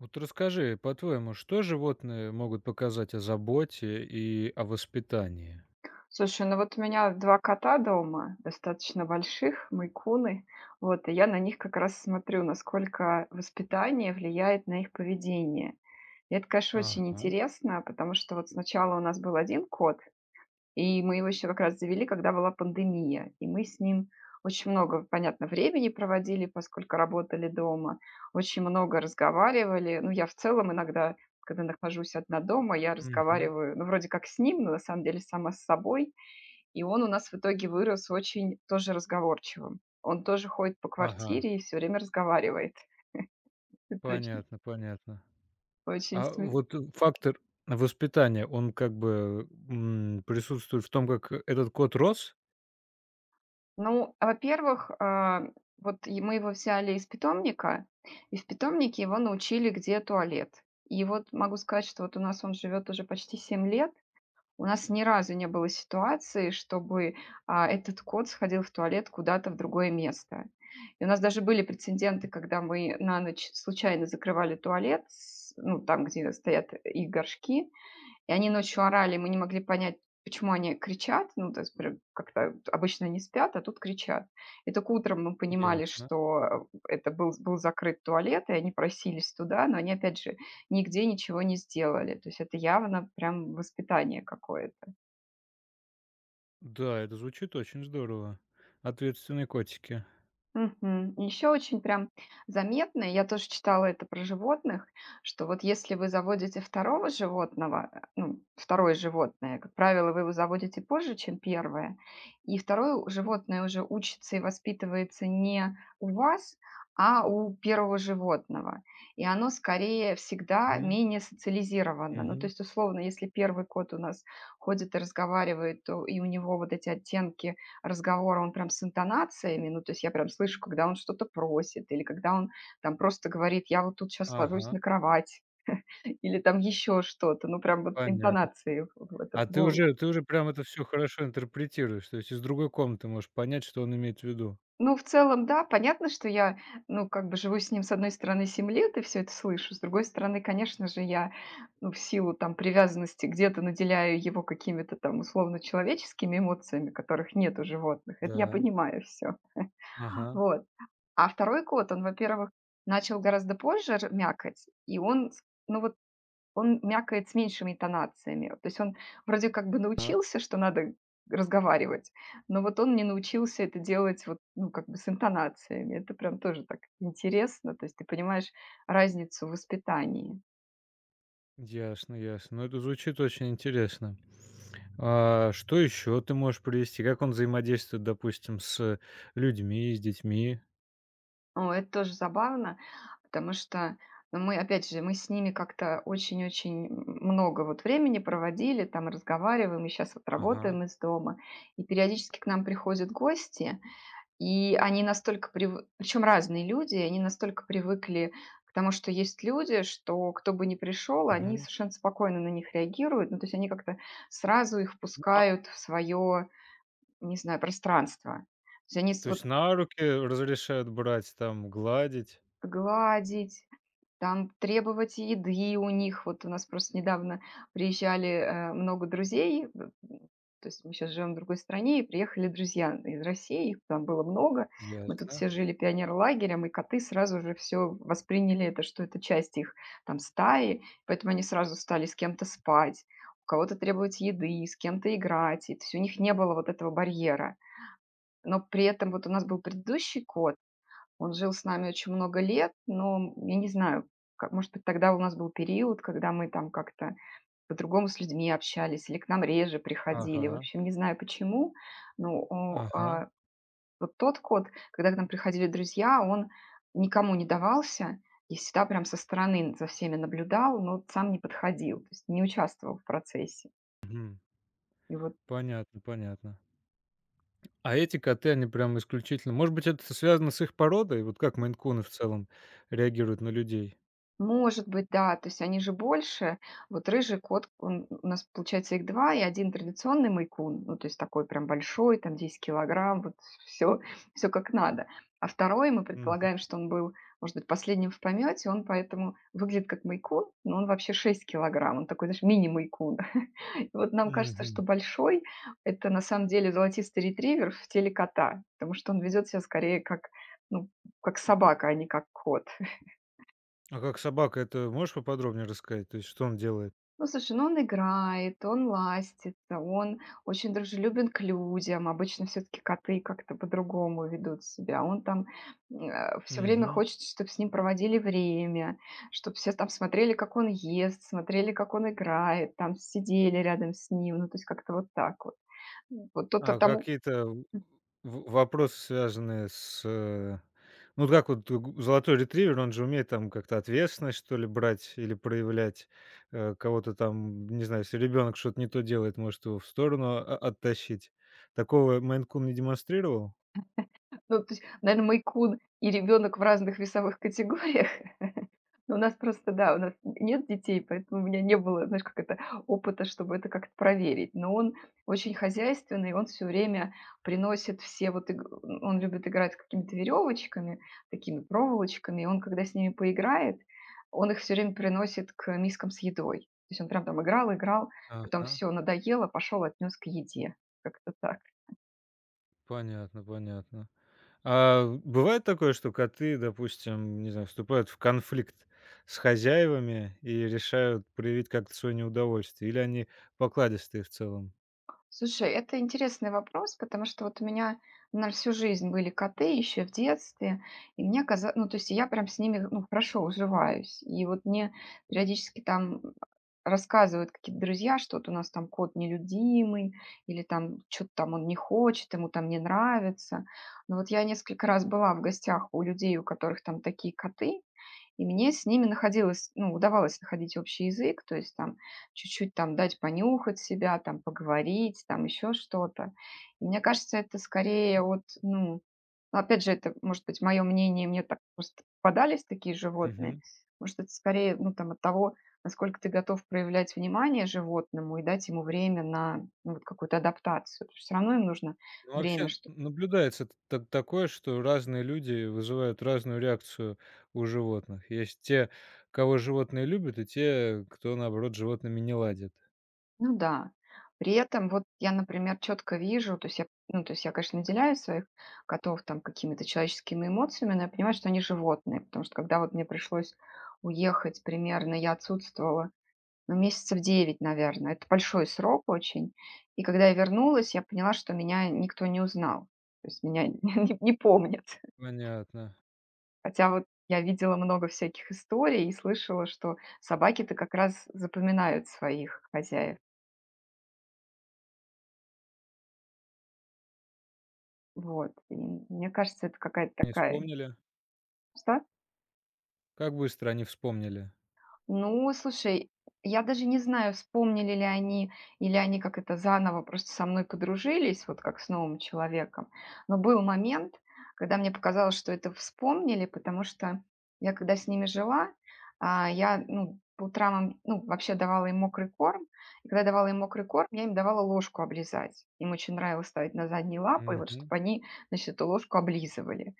Вот расскажи, по-твоему, что животные могут показать о заботе и о воспитании? Слушай, ну вот у меня 2 кота дома, достаточно больших, майкуны. Вот, и я на них как раз смотрю, насколько воспитание влияет на их поведение. И это, конечно, очень Ага. интересно, потому что вот сначала у нас был один кот, и мы его еще как раз завели, когда была пандемия. И мы с ним очень много, понятно, времени проводили, поскольку работали дома, очень много разговаривали. Ну, я в целом иногда, когда нахожусь одна дома, я Мгм. разговариваю, ну, вроде как с ним, но на самом деле сама с собой. И он у нас в итоге вырос очень тоже разговорчивым. Он тоже ходит по Ага. квартире и все время разговаривает. Это очень Понятно, понятно. очень А сме вот фактор воспитания, он как бы, присутствует в том, как этот кот рос? Ну, а во-первых, вот и мы его взяли из питомника, и в питомнике его научили, где туалет. И вот могу сказать, что вот у нас он живет уже почти 7 лет. У нас ни разу не было ситуации, чтобы, этот кот сходил в туалет куда-то в другое место. И у нас даже были прецеденты, когда мы на ночь случайно закрывали туалет, с ну, там, где стоят их горшки, и они ночью орали, и мы не могли понять, почему они кричат. Ну, то есть прям как-то вот обычно не спят, а тут кричат. И только утром мы понимали, Ясно. что это был закрыт туалет, и они просились туда, но они, опять же, нигде ничего не сделали. То есть это явно прям воспитание какое-то. Да, это звучит очень здорово. Ответственные котики. Мгм. Еще очень прям заметно, я тоже читала это про животных, что вот если вы заводите второго животного, ну, второе животное, как правило, вы его заводите позже, чем первое, и животное уже учится и воспитывается не у вас, а у первого животного. И оно скорее всегда Мгм. менее социализировано. Ну, то Мгм. есть, условно, если первый кот у нас ходит и разговаривает, то и у него вот эти оттенки разговора, он прям с интонациями, ну, то есть я прям слышу, когда он что-то просит, или когда он там просто говорит, я вот тут сейчас ложусь Ага. на кровать, или там еще что-то, ну, прям вот Понятно. интонации в этот А ты голос. уже ты уже прям это все хорошо интерпретируешь, то есть из другой комнаты можешь понять, что он имеет в виду. Ну, в целом, да, понятно, что я, ну, как бы живу с ним, с одной стороны, 7 лет и все это слышу, с другой стороны, конечно же, я, ну, в силу там привязанности где-то наделяю его какими-то там условно-человеческими эмоциями, которых нет у животных, это я Да. понимаю все. Ага, Вот. А второй кот, он, во-первых, начал гораздо позже р мякать, и он с ну вот он мякает с меньшими интонациями. То есть он вроде как бы а, научился, что надо разговаривать, но вот он не научился это делать вот, ну, как бы с интонациями. Это прям тоже так интересно. То есть ты понимаешь разницу в воспитании. ясно, ясно. Ну, это звучит очень интересно. А что еще ты можешь привести? Как он взаимодействует, допустим, с людьми, с детьми? О, это тоже забавно, потому что, ну, мы, опять же, мы с ними как-то очень-очень много вот времени проводили, там разговариваем, и сейчас вот Ага. работаем из дома. И периодически к нам приходят гости, и они настолько привыкли, причем разные люди, и они настолько привыкли к тому, что есть люди, что кто бы ни пришел, они Мгм. совершенно спокойно на них реагируют, ну, то есть они как-то сразу их Ну, а, впускают в свое, не знаю, пространство. То есть они с- То вот есть на руки разрешают брать, там, гладить? гладить, там требовать еды у них. Вот у нас просто недавно приезжали, много друзей. В то есть мы сейчас живем в другой стране, и приехали друзья из России, их там было много. Мы тут Ясно. все жили пионер лагерем и коты сразу же все восприняли это, что это часть их там стаи, поэтому они сразу стали с кем-то спать, у кого-то требовать еды, с кем-то играть. И то есть у них не было вот этого барьера. Но при этом вот у нас был предыдущий кот, он жил с нами очень много лет, но я не знаю, как, может быть, тогда у нас был период, когда мы там как-то по-другому с людьми общались или к нам реже приходили. В Ага, общем, не знаю почему, но ага. Вот тот кот, когда к нам приходили друзья, он никому не давался и всегда прям со стороны за всеми наблюдал, но сам не подходил, то есть не участвовал в процессе. Мгм. И вот Понятно, понятно. А эти коты, они прям исключительно. Может быть, это связано с их породой? Вот как мейн-куны в целом реагируют на людей? может быть, да, то есть они же больше. Вот рыжий кот, он, у нас получается их 2 и один традиционный майкун, ну, то есть такой прям большой, там 10 кг, вот все, все как надо. А второй мы Мгм. предполагаем, что он был, может быть, последним в помёте, он поэтому выглядит как майкун, но он вообще 6 кг, он такой, знаешь, мини майкун. И вот нам кажется, что Мгм. большой- это на самом деле золотистый ретривер в теле кота, потому что он ведет себя скорее как, ну, как собака, а не как кот. А как собака, это можешь поподробнее рассказать? То есть что он делает? Ну, слушай, ну он играет, он ластится, он очень дружелюбен к людям. Обычно все-таки коты как-то по-другому ведут себя. Он там все время Мгм. хочет, чтобы с ним проводили время, чтобы все там смотрели, как он ест, смотрели, как он играет, там сидели рядом с ним. Ну, то есть как-то вот так вот. М, вот тот, А тому, какие-то в вопросы, связанные с, ну, вот как вот г золотой ретривер, он же умеет там как-то ответственность, что ли, брать или проявлять, кого-то там, не знаю, если ребенок что-то не то делает, может его в сторону о оттащить. Такого мейн Кун не демонстрировал? ну, то есть, наверно, "Мэйкун" и ребенок в разных весовых категориях. Но у нас просто, да, у нас нет детей, поэтому у меня не было, знаешь, как это, опыта, чтобы это как-то проверить. Но он очень хозяйственный, он все время приносит все вот иг он любит играть с какими-то веревочками, такими проволочками. И он, когда с ними поиграет, он их все время приносит к мискам с едой. То есть он прям там играл, играл, потом Ага, все надоело, пошел отнес к еде. Как-то так. понятно, понятно. А бывает такое, что коты, допустим, не знаю, вступают в конфликт с хозяевами и решают проявить как-то свое неудовольствие, или они покладистые в целом? Слушай, это интересный вопрос, потому что вот у меня на всю жизнь были коты еще в детстве, и мне казалось, ну, то есть я прям с ними, ну, хорошо уживаюсь. И вот мне периодически там рассказывают какие-то друзья, что вот у нас там кот нелюдимый, или там что-то там он не хочет, ему там не нравится. Но вот я несколько раз была в гостях у людей, у которых там такие коты, и мне с ними находилось, ну, удавалось находить общий язык, то есть там чуть-чуть там дать понюхать себя, там поговорить, там еще что-то. И мне кажется, это скорее от, ну, ну, опять же, это, может быть, мое мнение, мне так просто попадались такие животные. Мгм. Может, это скорее, ну, там, от того, насколько ты готов проявлять внимание животному и дать ему время на ну, вот какую-то адаптацию. Все равно им нужно Ну, время, вообще наблюдается такое, что разные люди вызывают разную реакцию у животных. Есть те, кого животные любят, и те, кто, наоборот, с животными не ладит. ну да. При этом вот я, например, четко вижу, то есть я, ну, то есть я, конечно, наделяю своих котов там какими-то человеческими эмоциями, но я понимаю, что они животные, потому что когда вот мне пришлось уехать примерно, я отсутствовала, ну, месяцев 9, наверное, это большой срок очень, и когда я вернулась, я поняла, что меня никто не узнал, то есть меня не, не помнят, Понятно. хотя вот я видела много всяких историй и слышала, что собаки-то как раз запоминают своих хозяев. Вот, и мне кажется, это какая-то Не такая вспомнили? штука. Как быстро они вспомнили? Ну, слушай, я даже не знаю, вспомнили ли они, или они как это заново просто со мной подружились, вот как с новым человеком. Но был момент, когда мне показалось, что это вспомнили, потому что я когда с ними жила, я, ну, по утрам, им, ну, вообще давала им мокрый корм. И когда давала им мокрый корм, я им давала ложку облизать. Им очень нравилось ставить на задние лапы, и вот Мгм. чтобы они, значит, эту ложку облизывали.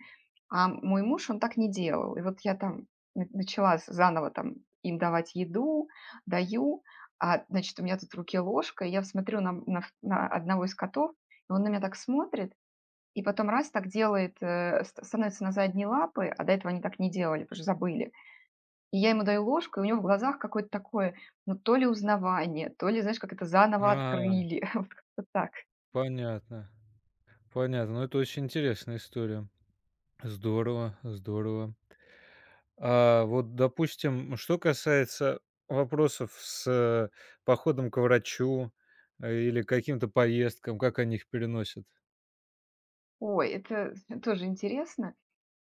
А мой муж, он так не делал. И вот я там на начала з заново там им давать еду, даю, а, значит, у меня тут в руке ложка, и я смотрю на одного из котов, и он на меня так смотрит, и потом раз так делает, э, ст становится на задние лапы, а до этого они так не делали, потому что забыли. И я ему даю ложку, и у него в глазах какое-то такое, ну, то ли узнавание, то ли, знаешь, как это заново А, открыли, вот как-то так. понятно. Понятно. Ну, это очень интересная история. Здорово, здорово. А вот, допустим, что касается вопросов с походом к врачу или каким-то поездкам, как они их переносят? Ой, это тоже интересно.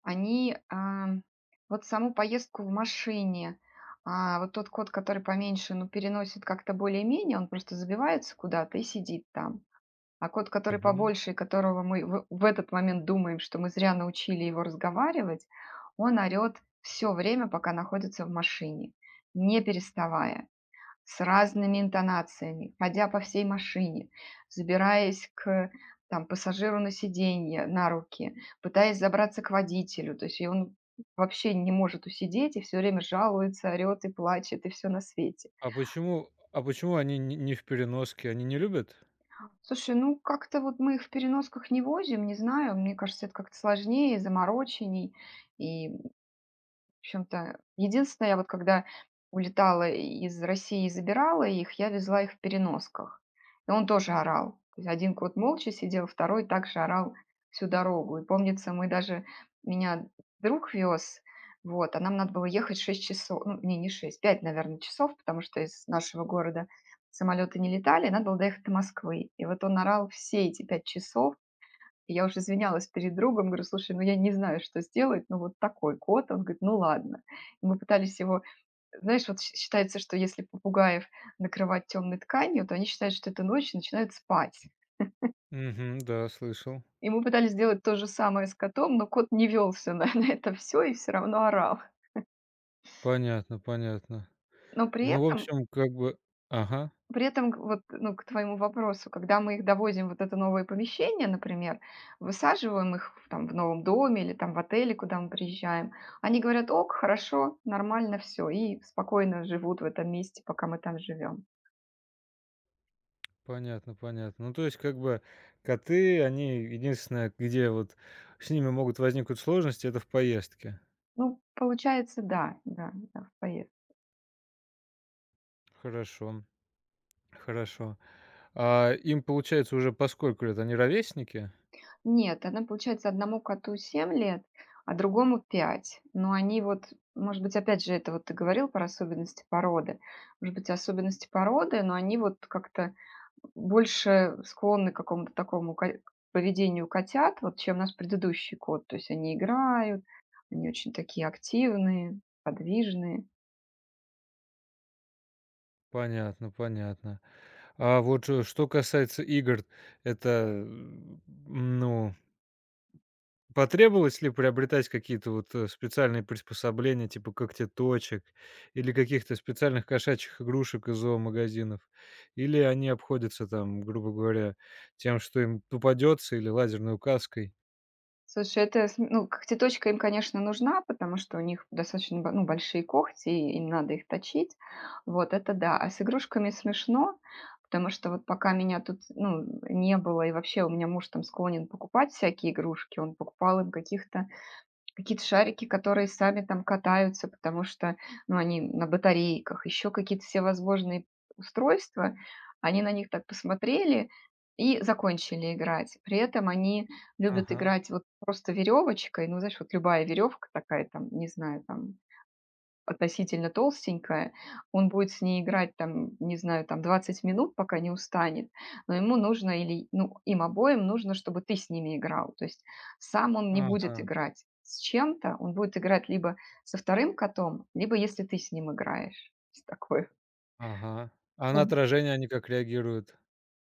Они, вот саму поездку в машине, вот тот кот, который поменьше, ну, переносит как-то более-менее, он просто забивается куда-то и сидит там. А кот, который Мгм. побольше, и которого мы в этот момент думаем, что мы зря научили его разговаривать, он орёт все время, пока находится в машине, не переставая с разными интонациями, ходя по всей машине, забираясь к там, пассажиру на сиденье, на руки, пытаясь забраться к водителю. То есть и он вообще не может усидеть и все время жалуется, орет и плачет, и все на свете. А почему они не в переноске? Они не любят? Слушай, ну как-то вот мы их в переносках не возим, не знаю. Мне кажется, это как-то сложнее, замороченней. И в общем-то, единственное, я вот когда улетала из России и забирала их, я везла их в переносках. И он тоже орал. То есть один кот молча сидел, второй также орал всю дорогу. И помнится, мы даже меня друг вез, вот, а нам надо было ехать 6 часов, ну, не 6, 5 наверное, часов, потому что из нашего города самолеты не летали, надо было доехать до Москвы. И вот он орал все эти 5 часов, и я уже извинялась перед другом, говорю: "Слушай, ну я не знаю, что сделать, ну вот такой кот". Он говорит: "Ну ладно". И мы пытались его знаешь, вот щ считается, что если попугаев накрывать темной тканью, то они считают, что это ночь, и начинают спать. Мгм, да, слышал. И мы пытались сделать то же самое с котом, но кот не велся на на это все и все равно орал. Понятно, понятно. Но при Ну, в этом общем, как бы... Ага. При этом, г вот, ну, к твоему вопросу, когда мы их довозим в вот это новое помещение, например, высаживаем их в там в новом доме или там в отеле, куда мы приезжаем, они говорят: "Ок, хорошо, нормально все". И спокойно живут в этом месте, пока мы там живем. Понятно, понятно. Ну, то есть, как бы коты, они единственное, где вот с ними могут возникнуть сложности, это в поездке. Ну, получается, да, да, да, в поездке. Хорошо, хорошо. А им, получается, уже по сколько лет? Они ровесники? Нет, она, получается, одному коту 7 лет, а другому 5. Но они вот, может быть, опять же, это вот ты говорил про особенности породы. Может быть, особенности породы, но они вот как-то больше склонны к какому-то такому поведению котят, вот, чем наш предыдущий кот. То есть они играют, они очень такие активные, подвижные. Понятно, понятно. А вот, что касается игр, это, ну. Потребовалось ли приобретать какие-то вот, специальные приспособления, типа когтеточек или каких-то специальных кошачьих игрушек из зоомагазинов? Или они обходятся там, грубо говоря, тем, что им попадется, или лазерной указкой? Слушай, это, см ну, когтеточка им, конечно, нужна, потому что у них достаточно, бо ну, большие когти, и им надо их точить. Вот, это да. А с игрушками смешно, потому что вот пока меня тут, ну, не было, и вообще у меня муж там склонен покупать всякие игрушки, он покупал им каких-то какие-то шарики, которые сами там катаются, потому что, ну, они на батарейках, еще какие-то всевозможные устройства. Они на них так посмотрели и закончили играть. При этом они любят Ага, играть вот просто веревочкой. Ну, знаешь, вот любая веревка такая, там, не знаю, там, относительно толстенькая, он будет с ней играть там, не знаю, там 20 минут, пока не устанет, но ему нужно или, ну, им обоим нужно, чтобы ты с ними играл. То есть сам он не будет ага, играть с чем-то, он будет играть либо со вторым котом, либо если ты с ним играешь. То есть такое. ага. А на Ну, отражение они как реагируют?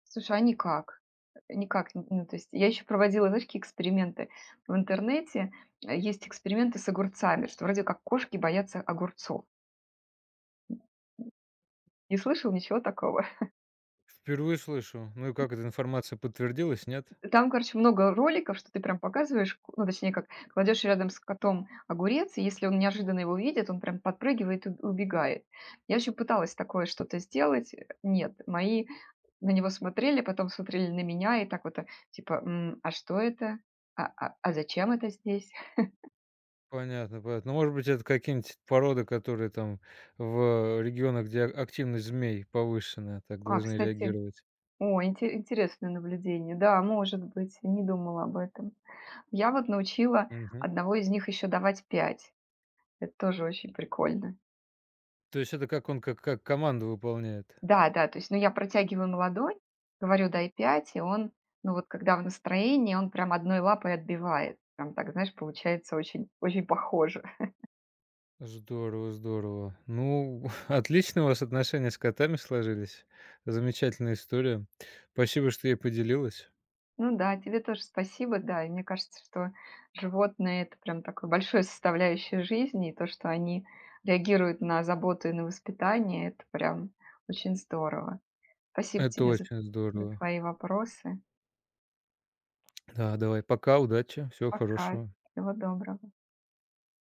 слушай, а никак. Никак. Ну, то есть я еще проводила, знаешь, какие эксперименты в интернете. Есть эксперименты с огурцами, что вроде как кошки боятся огурцов. Не слышал ничего такого? Впервые слышу. Ну и как эта информация подтвердилась, нет? Там, короче, много роликов, что ты прям показываешь, к ну, точнее как, кладешь рядом с котом огурец, и если он неожиданно его видит, он прям подпрыгивает и у убегает. Я еще пыталась такое что-то сделать. Э, нет, мои на него смотрели, потом смотрели на меня и так вот, типа: "М, а что это? А зачем это здесь?" Понятно, понятно. Ну, может быть, это какие-нибудь породы, которые там в регионах, где активность змей повышенная, так А, должны кстати, реагировать. о, инте интересное наблюдение. Да, может быть, не думала об этом. Я вот научила Мгм. одного из них еще давать пять. Это тоже очень прикольно. То есть это как он как команду выполняет. Да, да, то есть, ну, я протягиваю ему ладонь, говорю: "Дай пять". И он, ну, вот когда в настроении, он прям одной лапой отбивает. Прям так, знаешь, получается очень очень похоже. Здорово, здорово. Ну, отлично у вас отношения с котами сложились. Замечательная история. Спасибо, что ей поделилась. Ну да, тебе тоже спасибо. Да, и мне кажется, что животные — это прям такое большое составляющее жизни, и то, что они реагируют на заботу и на воспитание — это прям очень здорово. Спасибо Это тебе за очень за здорово. твои вопросы. Да, давай, пока, удачи, всего Пока. хорошего. Всего доброго.